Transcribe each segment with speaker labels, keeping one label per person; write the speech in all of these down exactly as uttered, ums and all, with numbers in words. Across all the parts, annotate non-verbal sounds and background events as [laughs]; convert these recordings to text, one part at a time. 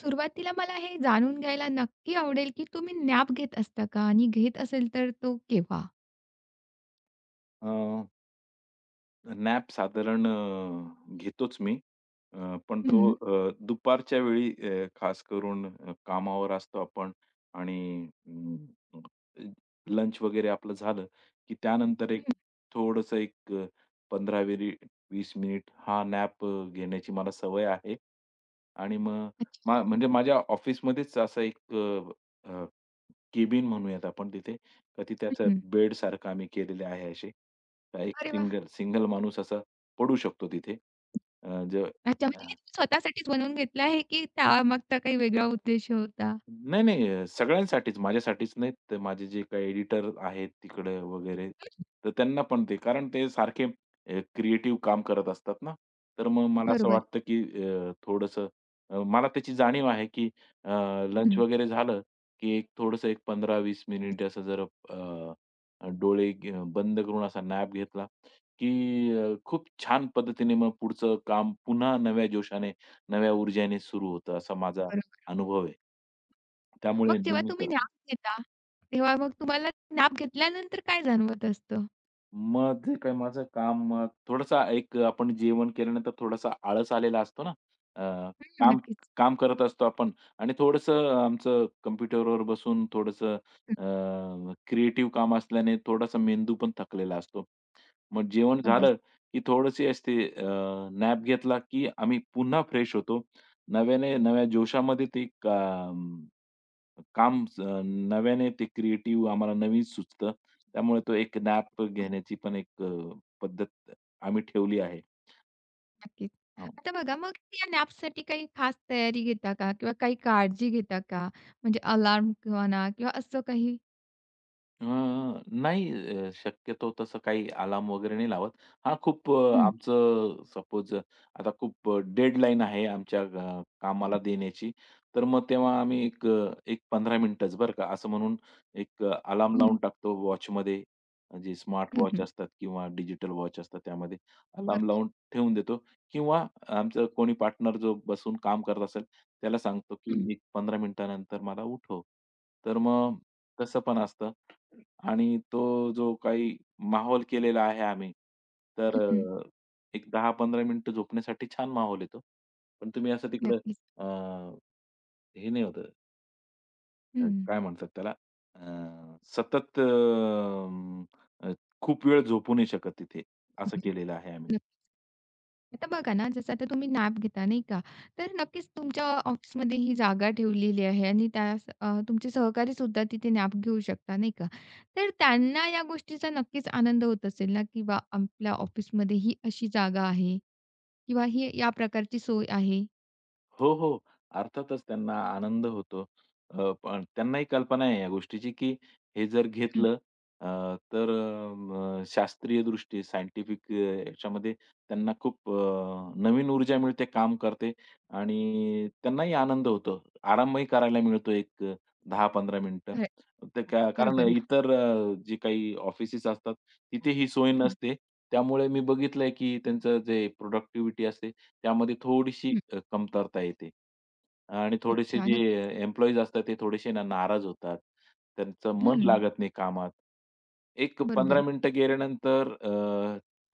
Speaker 1: सुरुवातीला मला हे जाणून घ्यायला नक्की आवडेल, की तुम्ही नॅप घेत असता का? आणि घेत असेल तर तो केव्हा?
Speaker 2: अ, नॅप साधारण अ, घेतोच मी. अ, पण तो
Speaker 1: हं,
Speaker 2: अ, दुपारच्या वेळी अ, खास करून अ, कामावर असतो आपण आणि लंच वगैरे आपलं झालं, की त्यानंतर
Speaker 1: हं.
Speaker 2: एक थोडंसं एक अ, पंधरा ते वीस मिनिट हा नॅप अ, घेण्याची मला सवय आहे. आणि मग
Speaker 1: अच्छा.
Speaker 2: मा म्हणजे माझ्या ऑफिसमध्येच असा एक अ, अ केबिन म्हणूयात आपण तिथे. तर ती
Speaker 1: हं,
Speaker 2: त्याचं
Speaker 1: हं.
Speaker 2: बेडसारखं आम्ही केलेले आहे असे. एक
Speaker 1: अरे वाह!
Speaker 2: सिंगल सिंगल माणूस असा पडू शकतो तिथे. अ, जे
Speaker 1: अच्छा म्हणजे हे तुम्ही स्वतःसाठीच बनवून घेतलं आहे, की त्यामागचा काही वेगळा उद्देश होता?
Speaker 2: नाही, नाही. अ, सगळ्यांसाठीच माझ्यासाठीच नाही, तर माझे जे काही एडिटर आहेत तिकडे वगैरे, तर त्यांना पण ते कारण ते सारखे अ, क्रिएटिव्ह काम करत असतात ना, तर मग मला असं
Speaker 1: बरोबर.
Speaker 2: वाटतं की अ, थोडंसं अ, मला त्याची जाणीव आहे की लंच
Speaker 1: हं.
Speaker 2: वगैरे झालं की एक थोडंसं एक पंधरा ते वीस मिनिट असं जर अ, डोळे घे बंद करून असा नॅप घेतला की अ, खूप छान पद्धतीने मग पुढचं काम पुन्हा नव्या जोशाने, नव्या ऊर्जेने सुरू होतं, असा माझा
Speaker 1: बरोबर.
Speaker 2: अनुभव आहे.
Speaker 1: मग
Speaker 2: त्यामुळे
Speaker 1: जेव्हा
Speaker 2: नेहमी
Speaker 1: तुम्ही
Speaker 2: करतो.
Speaker 1: नॅप घेता, तेव्हा मग तुम्हाला नॅप घेतल्यानंतर काय जाणवत असतं?
Speaker 2: मग जे काही माझं काम अ, थोडंसं एक आपण जेवण केल्यानंतर थोडासा आळस आलेला असतो ना, अ,
Speaker 1: हं,
Speaker 2: काम
Speaker 1: नक्कीच.
Speaker 2: काम करत असतो आपण आणि थोडंसं आमचं कॉम्प्युटरवर बसून थोडंसं
Speaker 1: हं,
Speaker 2: क्रिएटिव्ह काम असल्याने थोडासा मेंदू पण थकलेला असतो. मग जेवण
Speaker 1: अगदीच,
Speaker 2: झालं, की थोडीशी असते नॅप घेतला, की आम्ही पुन्हा फ्रेश होतो. नव्याने नव्या जोशामध्ये ते काम स नव्याने ते क्रिएटिव्ह आम्हाला नवीन सुचतं. त्यामुळे तो एक नॅप घेण्याची पण एक अ, पद्धत आम्ही ठेवली आहे.
Speaker 1: नक्कीच.
Speaker 2: हो.
Speaker 1: आता बघा मग या नॅपसाठी काही खास तयारी घेता का? किंवा काही काळजी घेता का? म्हणजे अलार्म किंवा म्हणा किंवा असं काही?
Speaker 2: अ, नाही. अ, शक्यतो तसं काही अलार्म वगैरे नाही लावत. हां, खूप अ,
Speaker 1: हं,
Speaker 2: आमचं सपोज आता खूप डेडलाईन आहे आमच्या अ, कामाला देण्याची, तर मग तेव्हा आम्ही एक अ, एक पंधरा मिनिटंच बरं का, असं म्हणून एक अ, अलार्म
Speaker 1: हं,
Speaker 2: लावून टाकतो वॉचमध्ये. जे स्मार्ट
Speaker 1: हं,
Speaker 2: वॉच
Speaker 1: हं.
Speaker 2: असतात किंवा डिजिटल वॉच असतात त्यामध्ये अलार्म
Speaker 1: बरोबर.
Speaker 2: लावून ठेवून देतो किंवा आमचं कोणी पार्टनर जो बसून काम करत असेल, त्याला सांगतो की
Speaker 1: हं,
Speaker 2: एक पंधरा मिनिटानंतर मला उठव. तर मग तसं पण असतं. आणि तो जो काही माहोल केलेला आहे आम्ही, तर अ,
Speaker 1: हं.
Speaker 2: एक दहा ते पंधरा मिनिटं झोपण्यासाठी छान माहोल येतो. पण तुम्ही असं तिकडं
Speaker 1: नक्कीच.
Speaker 2: अ, हे नाही होतं. अ,
Speaker 1: हं.
Speaker 2: काय म्हणतात त्याला अ, सतत अ, अम, अ, खूप वेळ झोपू नाही शकत तिथे, असं
Speaker 1: बरोबर.
Speaker 2: केलेलं आहे आम्ही.
Speaker 1: नक्की. आता बघा ना, जसं आता तुम्ही नॅप घेता नाही का, तर नक्कीच तुमच्या ऑफिसमध्ये ही जागा ठेवलेली आहे आणि त्यास अ, तुमचे सहकारी सुद्धा तिथे नॅप घेऊ शकता नाही का. तर त्यांना या गोष्टीचा नक्कीच आनंद होत असेल ना, की बा आपल्या ऑफिसमध्ये ही अशी जागा आहे किंवा ही या प्रकारची सोय आहे.
Speaker 2: हो, हो. अर्थातच त्यांना आनंद होतो. अ, पण त्यांनाही कल्पना आहे या गोष्टीची, की हे जर
Speaker 1: हं,
Speaker 2: घेतलं अ, तर अ, म शास्त्रीय दृष्टी सायंटिफिक अ, याच्यामध्ये त्यांना खूप अ, नवीन ऊर्जा मिळते, काम करते आणि त्यांनाही आनंद होतो. आरामही करायला मिळतो एक अ, दहा ते पंधरा मिनिटं.
Speaker 1: खरं
Speaker 2: ते का कारण
Speaker 1: बरोबर ना.
Speaker 2: इतर अ, जे काही ऑफिसेस असतात, तिथे ही सोय
Speaker 1: हं,
Speaker 2: नसते. त्यामुळे मी बघितलंय, की त्यांचं जे प्रोडक्टिव्हिटी असते त्यामध्ये थोडीशी
Speaker 1: हं.
Speaker 2: अ, कमतरता येते. आणि थोडेसे
Speaker 1: अच्छा.
Speaker 2: जे
Speaker 1: नक्की.
Speaker 2: एम्प्लॉईज असतात ते थोडेसे ना नाराज होतात. त्यांचं मन
Speaker 1: हं.
Speaker 2: लागत नाही कामात. एक पंधरा
Speaker 1: बरोबर.
Speaker 2: मिनिटं गेल्यानंतर अ,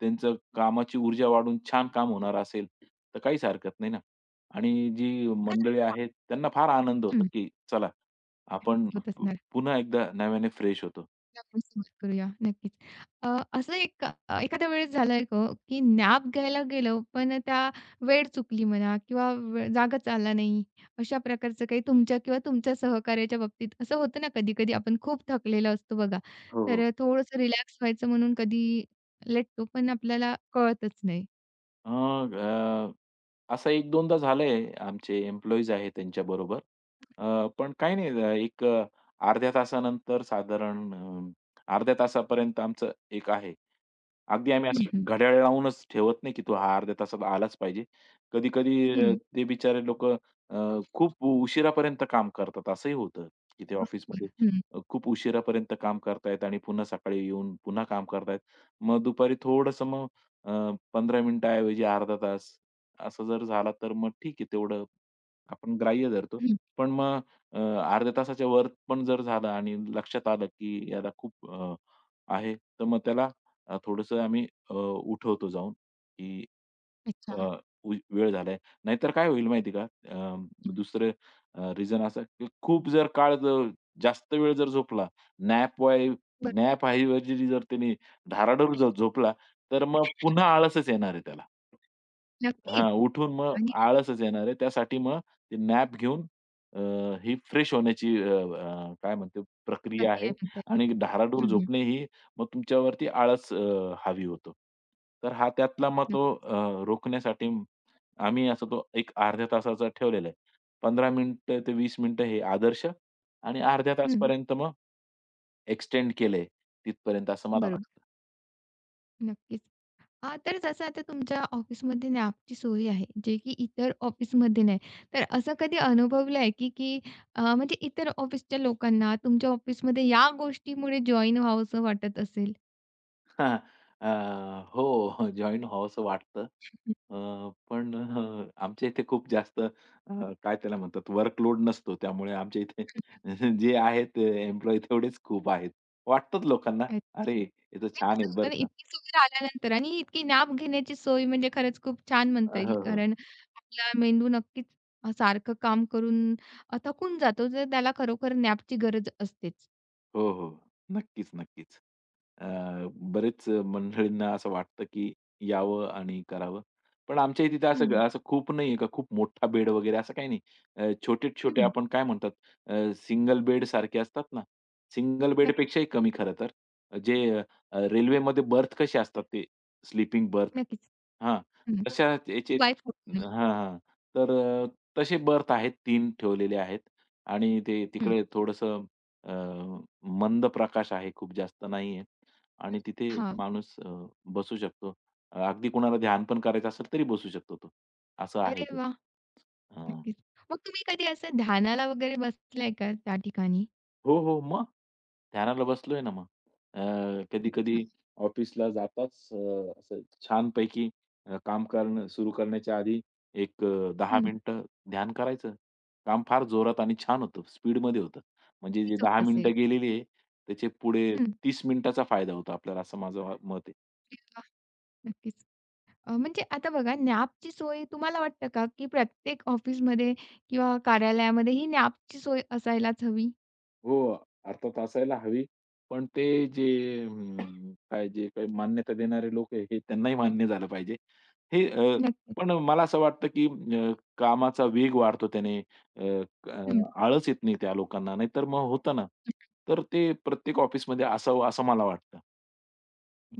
Speaker 2: त्यांचं कामाची ऊर्जा वाढून छान काम होणार असेल, तर काहीच हरकत नाही ना. आणि जी मंडळी आहेत त्यांना फार आनंद होतो,
Speaker 1: हं.
Speaker 2: की चला
Speaker 1: नक्कीच
Speaker 2: आपण
Speaker 1: होत
Speaker 2: पु-
Speaker 1: असणार.
Speaker 2: पुन्हा एकदा नव्याने फ्रेश होतो.
Speaker 1: आपण सुरुवात करूया. नक्कीच. अ, असं एक अ, एखाद्या वेळेस झालंय का हो, की नॅप घ्यायला गेलो, पण त्या वेळ चुकली म्हणा किंवा वे जागाच आला नाही. अशा प्रकारचं काही तुमच्या किंवा तुमच्या सहकार्याच्या बाबतीत असं होतं ना कधी-कधी आपण खूप थकलेलो असतो बघा.
Speaker 2: हो, हो.
Speaker 1: तर थोडंसं रिलॅक्स व्हायचं म्हणून कधी लेटतो, पण आपल्याला कळतच नाही.
Speaker 2: मग अ, असं एक-2दा झालंय. आमचे एम्प्लॉईज आहेत त्यांच्याबरोबर. अ, पण काही नाही. अ, एक अ, अर्ध्या तासानंतर साधारण अ, अर्ध्या तासापर्यंत आमचं एक आहे. अगदी आम्ही
Speaker 1: हं,
Speaker 2: असं
Speaker 1: हं.
Speaker 2: घड्याळ लावूनच ठेवत नाही, की तो हा अर्ध्या तासात आलाच पाहिजे. कधी-कधी अ,
Speaker 1: हं.
Speaker 2: ते बिचारे लोकं अ, खूप उशिरापर्यंत काम करतात. असंही होतं, की ते ऑफिसमध्ये
Speaker 1: हं,
Speaker 2: अ, खूप उशिरापर्यंत काम करतायत आणि पुन्हा सकाळी येऊन पुन्हा काम करतायत. मग दुपारी थोडंसं मग अ, पंधरा मिनिटाऐवजी अर्धा तास असं जर झाला, तर मग ठीक आहे तेवढं आपण ग्राह्य धरतो.
Speaker 1: हं.
Speaker 2: पण मग अ, अर्ध्या तासाच्या वर पण जर झालं आणि लक्षात आलं, की याला खूप अ, आहे, तर मग त्याला अ, थोडंसं आम्ही अ, उठवतो जाऊन, की अ,
Speaker 1: अच्छा.
Speaker 2: उ वेळ झालाय. नाहीतर काय होईल माहिती का? अ, दुसरं रिझन असं की खूप जर काळ जर जास्त वेळ जर झोपला, नॅप वाय
Speaker 1: बरं.
Speaker 2: नॅप ऐवजी जर त्याने धाराडूर जर झोपला, तर मग पुन्हा आळसच येणार आहे त्याला.
Speaker 1: नक्कीच.
Speaker 2: हां, उठून मग
Speaker 1: आणि
Speaker 2: आळसच येणार आहे. त्यासाठी मग ते नॅप घेऊन अ, ही फ्रेश होण्याची अ, अ, काय म्हणतो प्रक्रिया
Speaker 1: संधी
Speaker 2: आहे
Speaker 1: आहे म्हणता येईल.
Speaker 2: आणि धाराडूर
Speaker 1: हं, हं.
Speaker 2: झोपणे ही मग तुमच्यावरती आळस अ, हावी होतो. तर हा त्यातला मग तो
Speaker 1: नक्की.
Speaker 2: अ, रोखण्यासाठी आम्ही असा तो एक अर्ध्या तासाचा ठेवलेला आहे. पंधरा मिनिटं ते वीस मिनिटं हे आदर्श आणि अर्ध्या
Speaker 1: हं.
Speaker 2: तासपर्यंत मग एक्सटेंड केलंय तिथपर्यंत असं मला
Speaker 1: बरोबर.
Speaker 2: वाटतं.
Speaker 1: नक्कीच. हां, तर जसं आता तुमच्या ऑफिसमध्ये नॅपची सोय आहे, जे की इतर ऑफिसमध्ये नाही. तर असं कधी अनुभवलं आहे की की अ, म्हणजे इतर ऑफिसच्या लोकांना तुमच्या ऑफिसमध्ये या गोष्टीमुळे जॉइन व्हावंसं वाटत असेल?
Speaker 2: [laughs] हां. अ, हो, जॉइन व्हावसं वाटतं. अ, पण [laughs] अ, आमच्या इथे खूप जास्त अ, काय त्याला म्हणतात वर्कलोड नसतो. त्यामुळे आमच्या इथे [laughs] जे आहेत एम्प्लॉयी तेवढेच खूप आहेत. वाटतंच लोकांना,
Speaker 1: हं.
Speaker 2: "अरे, हे तर
Speaker 1: नाही
Speaker 2: छान आहेत
Speaker 1: असं होतं
Speaker 2: बरं
Speaker 1: ना,
Speaker 2: का."
Speaker 1: इतकी सुविधा आल्यानंतर आणि इतकी नॅप घेण्याची सोय म्हणजे खरंच खूप छान म्हणता येईल.
Speaker 2: हो, हो.
Speaker 1: कारण आपला मेंदू नक्कीच अ, सारखं काम करून अ, थकून जातो, तर त्याला खरोखर नॅपची गरज असतेच.
Speaker 2: हो, हो. नक्कीच, नक्कीच. अ, हं. बरेच मंडळींना असं वाटतं, की यावं आणि करावं. पण आमच्या तिथे हं. असं ग-
Speaker 1: हं,
Speaker 2: असं खूप नाहीये का खूप मोठा बेड वगैरे असं काही नाही. अ, छोटे-छोटे
Speaker 1: हं.
Speaker 2: आपण काय म्हणतात सिंगल बेड सारखे असतात ना, सिंगल
Speaker 1: नक्कीच,
Speaker 2: बेडपेक्षाही कमी खरं तर. जे अ, रेल्वेमध्ये बर्थ कसे असतात ते स्लीपिंग बर्थ.
Speaker 1: नक्कीच.
Speaker 2: हां,
Speaker 1: हं,
Speaker 2: तशा याचे.
Speaker 1: By phone.
Speaker 2: हां, हां. तर अ, तसे बर्थ आहेत तीन ठेवलेले आहेत आणि ते
Speaker 1: हं,
Speaker 2: तिकडे थोडंसं अ, मंद प्रकाश आहे, खूप जास्त नाहीये आणि तिथे
Speaker 1: हां.
Speaker 2: माणूस अ, बसू शकतो. अगदी कोणाला ध्यान पण करायचं असेल तरी बसू शकतो तो. असं आहे
Speaker 1: अरे
Speaker 2: ते.
Speaker 1: वाह!
Speaker 2: अ
Speaker 1: नक्कीच. मग तुम्ही कधी असं ध्यानाला वगैरे बसलाय का त्या ठिकाणी?
Speaker 2: हो, हो. मग ध्यानाला बसलोय ना मग. अ,
Speaker 1: अच्छा.
Speaker 2: कधी-कधी ऑफिसला जाताच अ, असं छानपैकी अ, काम करणं सुरू करण्याच्या आधी एक अ, दहा
Speaker 1: हं,
Speaker 2: मिनिटं ध्यान करायचं. काम फार जोरात आणि छान होतं, स्पीडमध्ये होतं. म्हणजे जे
Speaker 1: नक्कीच
Speaker 2: दहा
Speaker 1: होत असेल.
Speaker 2: मिनिटं गेलेली आहे, त्याचे पुढे
Speaker 1: हं,
Speaker 2: तीस मिनिटाचा फायदा होतो आपल्याला, असं माझं मत आहे.
Speaker 1: नक्कीच. अ, म्हणजे आता बघा नॅपची सोय तुम्हाला वाटतं का, की प्रत्येक ऑफिसमध्ये किंवा कार्यालयामध्ये ही नॅपची सोय असायलाच हवी?
Speaker 2: हो, अर्थात असायला हवी. पण ते जे अं, काय जे काही मान्यता देणारे लोक आहे, हे त्यांनाही मान्य झालं पाहिजे. हे. अ,
Speaker 1: नक्कीच.
Speaker 2: पण मला असं वाटतं, की अ, कामाचा वेग वाढतो त्याने. अ, क- अ, आळस येत नाही त्या लोकांना, नाहीतर मग होतं ना.
Speaker 1: हं.
Speaker 2: तर ते प्रत्येक ऑफिसमध्ये असावं असं मला वाटतं.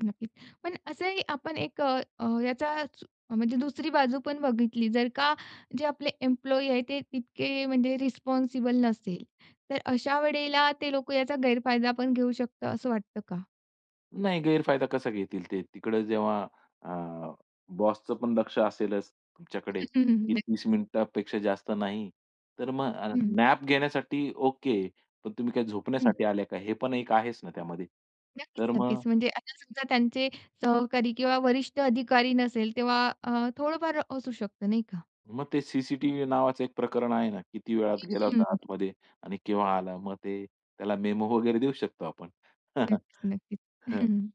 Speaker 1: नक्कीच. पण असंही आपण एक अ, अ, याचा चु म्हणजे दुसरी बाजू पण बघितली, जर का जे आपले एम्प्लॉयी आहे ते तितके म्हणजे रिस्पॉन्सिबल नसेल, तर अशा वेळेला ते लोकं याचा गैरफायदा पण घेऊ शकतं असं वाटतं का?
Speaker 2: नाही, गैरफायदा कसा घेतील ते? तिकडे जेव्हा अ, बॉसचं पण लक्ष असेलच तुमच्याकडे,
Speaker 1: [laughs] हम्म,
Speaker 2: की तीस
Speaker 1: नक्कीच.
Speaker 2: मिनिटापेक्षा जास्त नाही. तर मग
Speaker 1: हं,
Speaker 2: नॅप घेण्यासाठी ओके, पण तुम्ही काय
Speaker 1: हं.
Speaker 2: झोपण्यासाठी आल्या का? हे पण एक आहेच ना त्यामध्ये.
Speaker 1: नक्कीच,
Speaker 2: तर मग
Speaker 1: नक्कीच. म्हणजे आता समजा त्यांचे सहकारी किंवा वरिष्ठ अधिकारी नसेल तेव्हा अ, थोडंफार असू शकतं नाही का?
Speaker 2: मग ते सी सी नावाचं एक प्रकरण आहे ना, किती वेळात गेला
Speaker 1: हं.
Speaker 2: होता आतमध्ये आणि केव्हा आला? मग ते त्याला मेमो वगैरे देऊ शकतो आपण.
Speaker 1: नक्कीच,
Speaker 2: [laughs]
Speaker 1: नक्कीच. हम्म.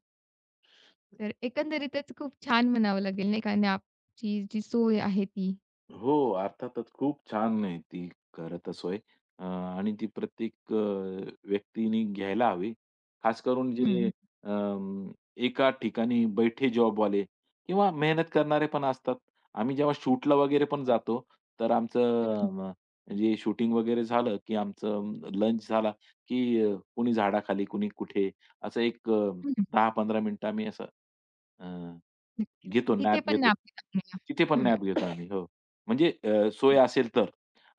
Speaker 1: तर एकंदरीतच खूप छान म्हणावं लागेल नाही का आणि आपची जी सोय आहे ती.
Speaker 2: हो, अर्थातच खूप छान आहे ती खरं तर सोय. अ, आणि ती प्रत्येक अ, व्यक्तीने घ्यायला हवी. खास करून
Speaker 1: हं,
Speaker 2: जे
Speaker 1: हं.
Speaker 2: अं, एका ठिकाणी बैठे जॉबवाले किंवा मेहनत करणारे पण असतात. आम्ही जेव्हा शूटला वगैरे पण जातो, तर आमचं अ, म्हणजे शूटिंग वगैरे झालं, की आमचं लंच झाला, की अ, कुणी झाडाखाली, कुणी कुठे असं एक अ,
Speaker 1: हं, हं.
Speaker 2: दहा ते पंधरा मिनिटं आम्ही असं अ,
Speaker 1: नक्की.
Speaker 2: घेतो
Speaker 1: तिथे
Speaker 2: नॅप
Speaker 1: पण
Speaker 2: घेतो.
Speaker 1: नॅप घेतात
Speaker 2: तिथे
Speaker 1: मुलं.
Speaker 2: पण
Speaker 1: हं.
Speaker 2: नॅप घेतो आम्ही. हो. म्हणजे अ, सोय
Speaker 1: [laughs]
Speaker 2: असेल तर.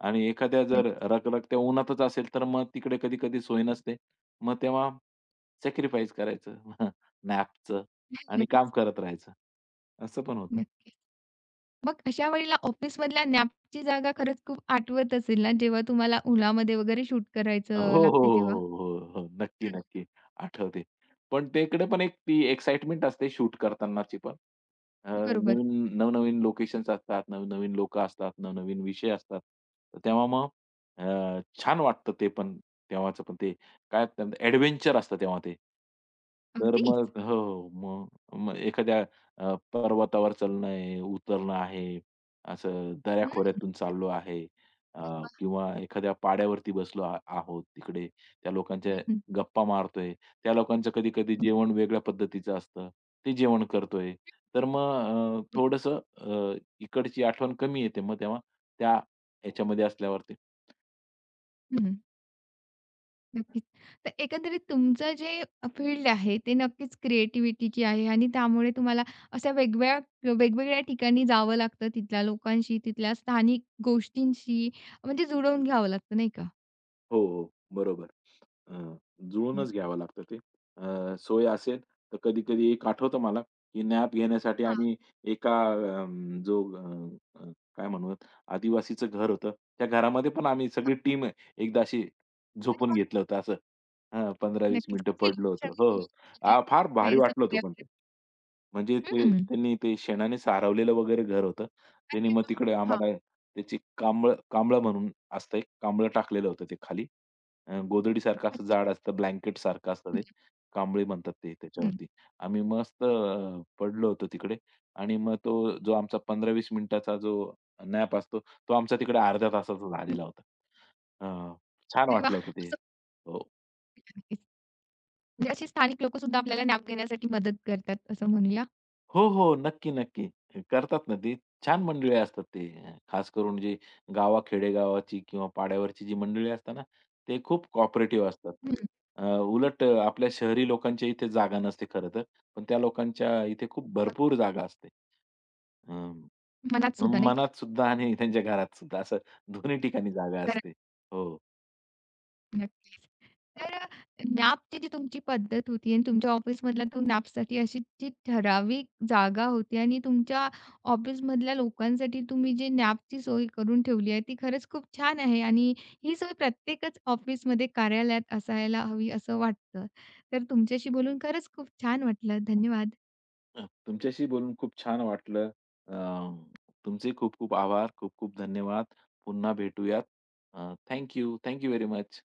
Speaker 2: आणि एखाद्या जर रखरखत्या उन्हातच असेल तर मग तिकडे कधी-कधी सोय नसते. मग तेव्हा सॅक्रिफाईस करायचं [laughs] नॅपचं आणि काम
Speaker 1: नक्कीच,
Speaker 2: करत राहायचं. असं पण होतं.
Speaker 1: नक्कीच. मग अशा वेळेला ऑफिसमधल्या नॅपची जागा खरंच खूप आठवत असेल ना, जेव्हा तुम्हाला Olaमध्ये वगैरे शूट
Speaker 2: हो,
Speaker 1: करायचं
Speaker 2: हो,
Speaker 1: लागते तेव्हा?
Speaker 2: हो, हो, हो, हो. नक्की, नक्की. आठवते. पण तिकडे पण एक ती एक्साइटमेंट असते शूट करतानाची पण. अ,
Speaker 1: बरोबर.
Speaker 2: नवीन नवनवीन लोकेशन्स असतात, नवनवीन लोकं असतात, नवनवीन विषय असतात. तर तेव्हा मग अ, छान वाटतं ते पण तेव्हाचं पण ते काय त्यात एडव्हेंचर असतं तेव्हा ते. तर
Speaker 1: अगदीच.
Speaker 2: मग हो, हो. मग मग एखाद्या अ, पर्वतावर चढणं आहे, उतरणं आहे, असं
Speaker 1: हं,
Speaker 2: दऱ्याखोऱ्यातून चाललो आहे. अ, किंवा एखाद्या पाड्यावरती बसलो आ आहोत तिकडे, त्या लोकांच्या
Speaker 1: हं.
Speaker 2: गप्पा मारतोय, त्या लोकांचं कधी-कधी जेवण वेगळ्या पद्धतीचं असतं, ते जेवण करतोय. तर मग अ, इकडची आठवण कमी येते मग तेव्हा त्या ह्याच्यामध्ये असल्यावरती.
Speaker 1: हं. नक्कीच. तर एकंदरीत तुमचं जे फील्ड आहे, ते नक्कीच क्रिएटिव्हिटीची आहे आणि त्यामुळे तुम्हाला अशा वेगवेगळ्या वेगवेगळ्या ठिकाणी जावं लागतं, तिथल्या लोकांशी, तिथल्या स्थानिक गोष्टींशी म्हणजे जुळवून घ्यावं लागतं, नाही का?
Speaker 2: हो, हो. बरोबर. अ, जुळूनच घ्यावं लागतं ते. अ, सोय असेल तर कधी-कधी एक आठवतं मला, की नॅप घेण्यासाठी
Speaker 1: हां.
Speaker 2: आम्ही एका अं, जो अ, अ, काय म्हणूयात आदिवासीचं घर होतं. त्या घरामध्ये पण आम्ही सगळी टीम एकदा अशी झोपून घेतलं होतं असं. हां, पंधरा ते वीस
Speaker 1: नक्कीच.
Speaker 2: मिनिटं
Speaker 1: किती
Speaker 2: पडलो होतो.
Speaker 1: लोकेशन
Speaker 2: हो, हो.
Speaker 1: होती म्हणजे
Speaker 2: आ, फार भारी
Speaker 1: काही असं
Speaker 2: वाटलं होतं पण ते. म्हणजे ते
Speaker 1: हं.
Speaker 2: त्यांनी ते शेणाने सारवलेलं वगैरे घर होतं. त्यांनी मग तिकडे
Speaker 1: हां.
Speaker 2: आम्हाला त्याची कांबळ कांबळं म्हणून असतं एक कांबळं टाकलेलं होतं ते खाली. अ, गोधडीसारखं असं
Speaker 1: अच्छा.
Speaker 2: जाड असतं, ब्लँकेटसारखं असतं
Speaker 1: हं,
Speaker 2: ते. कांबळी म्हणतात ते
Speaker 1: हं.
Speaker 2: त्याच्यावरती. आम्ही मस्त अ, पडलो होतो तिकडे आणि मग तो जो आमचा पंधरा ते वीस मिनिटाचा जो नॅप असतो, तो आमचा तिकडे अर्ध्या तासाचा झालेला होता. अ, छान
Speaker 1: अरे
Speaker 2: वाटलं
Speaker 1: वाह!
Speaker 2: होतं ते.
Speaker 1: असं
Speaker 2: हो.
Speaker 1: नक्कीच. म्हणजे अशी स्थानिक लोकं सुद्धा आपल्याला नॅप घेण्यासाठी मदत करतात असं म्हणूया.
Speaker 2: हो, हो. नक्की, नक्की. करतात ना ते. छान मंडळी असतात ते. अ, खास करून जी गावा खेडेगावाची किंवा पाड्यावरची जी मंडळी असतात ना, ते खूप कोऑपरेटिव्ह असतात.
Speaker 1: हं.
Speaker 2: अ, उलट अ, आपल्या शहरी लोकांच्या इथे जागा नसते खरं तर. पण त्या लोकांच्या इथे खूप भरपूर जागा असते. अ,
Speaker 1: मनात सुद्धा नाही.
Speaker 2: मनात सुद्धा आणि त्यांच्या घरात सुद्धा असं दोन्ही ठिकाणी जागा असते. हो.
Speaker 1: नक्कीच. तर अ, नॅपची जी तुमची पद्धत होती आणि तुमच्या ऑफिसमधल्या तो नॅपसाठी अशी जी ठराविक जागा होती आणि तुमच्या ऑफिसमधल्या लोकांसाठी तुम्ही जी नॅपची सोय करून ठेवली आहे, ती खरंच खूप छान आहे आणि ही सोय प्रत्येकच ऑफिसमध्ये, कार्यालयात असायला हवी असं वाटतं. तर तुमच्याशी बोलून खरंच खूप छान वाटलं. धन्यवाद.
Speaker 2: अ, तुमच्याशी बोलून खूप छान वाटलं. अ, तुमचे खूप खूप आभार. खूप खूप धन्यवाद. पुन्हा भेटूयात. Uh, thank you. Thank you very much.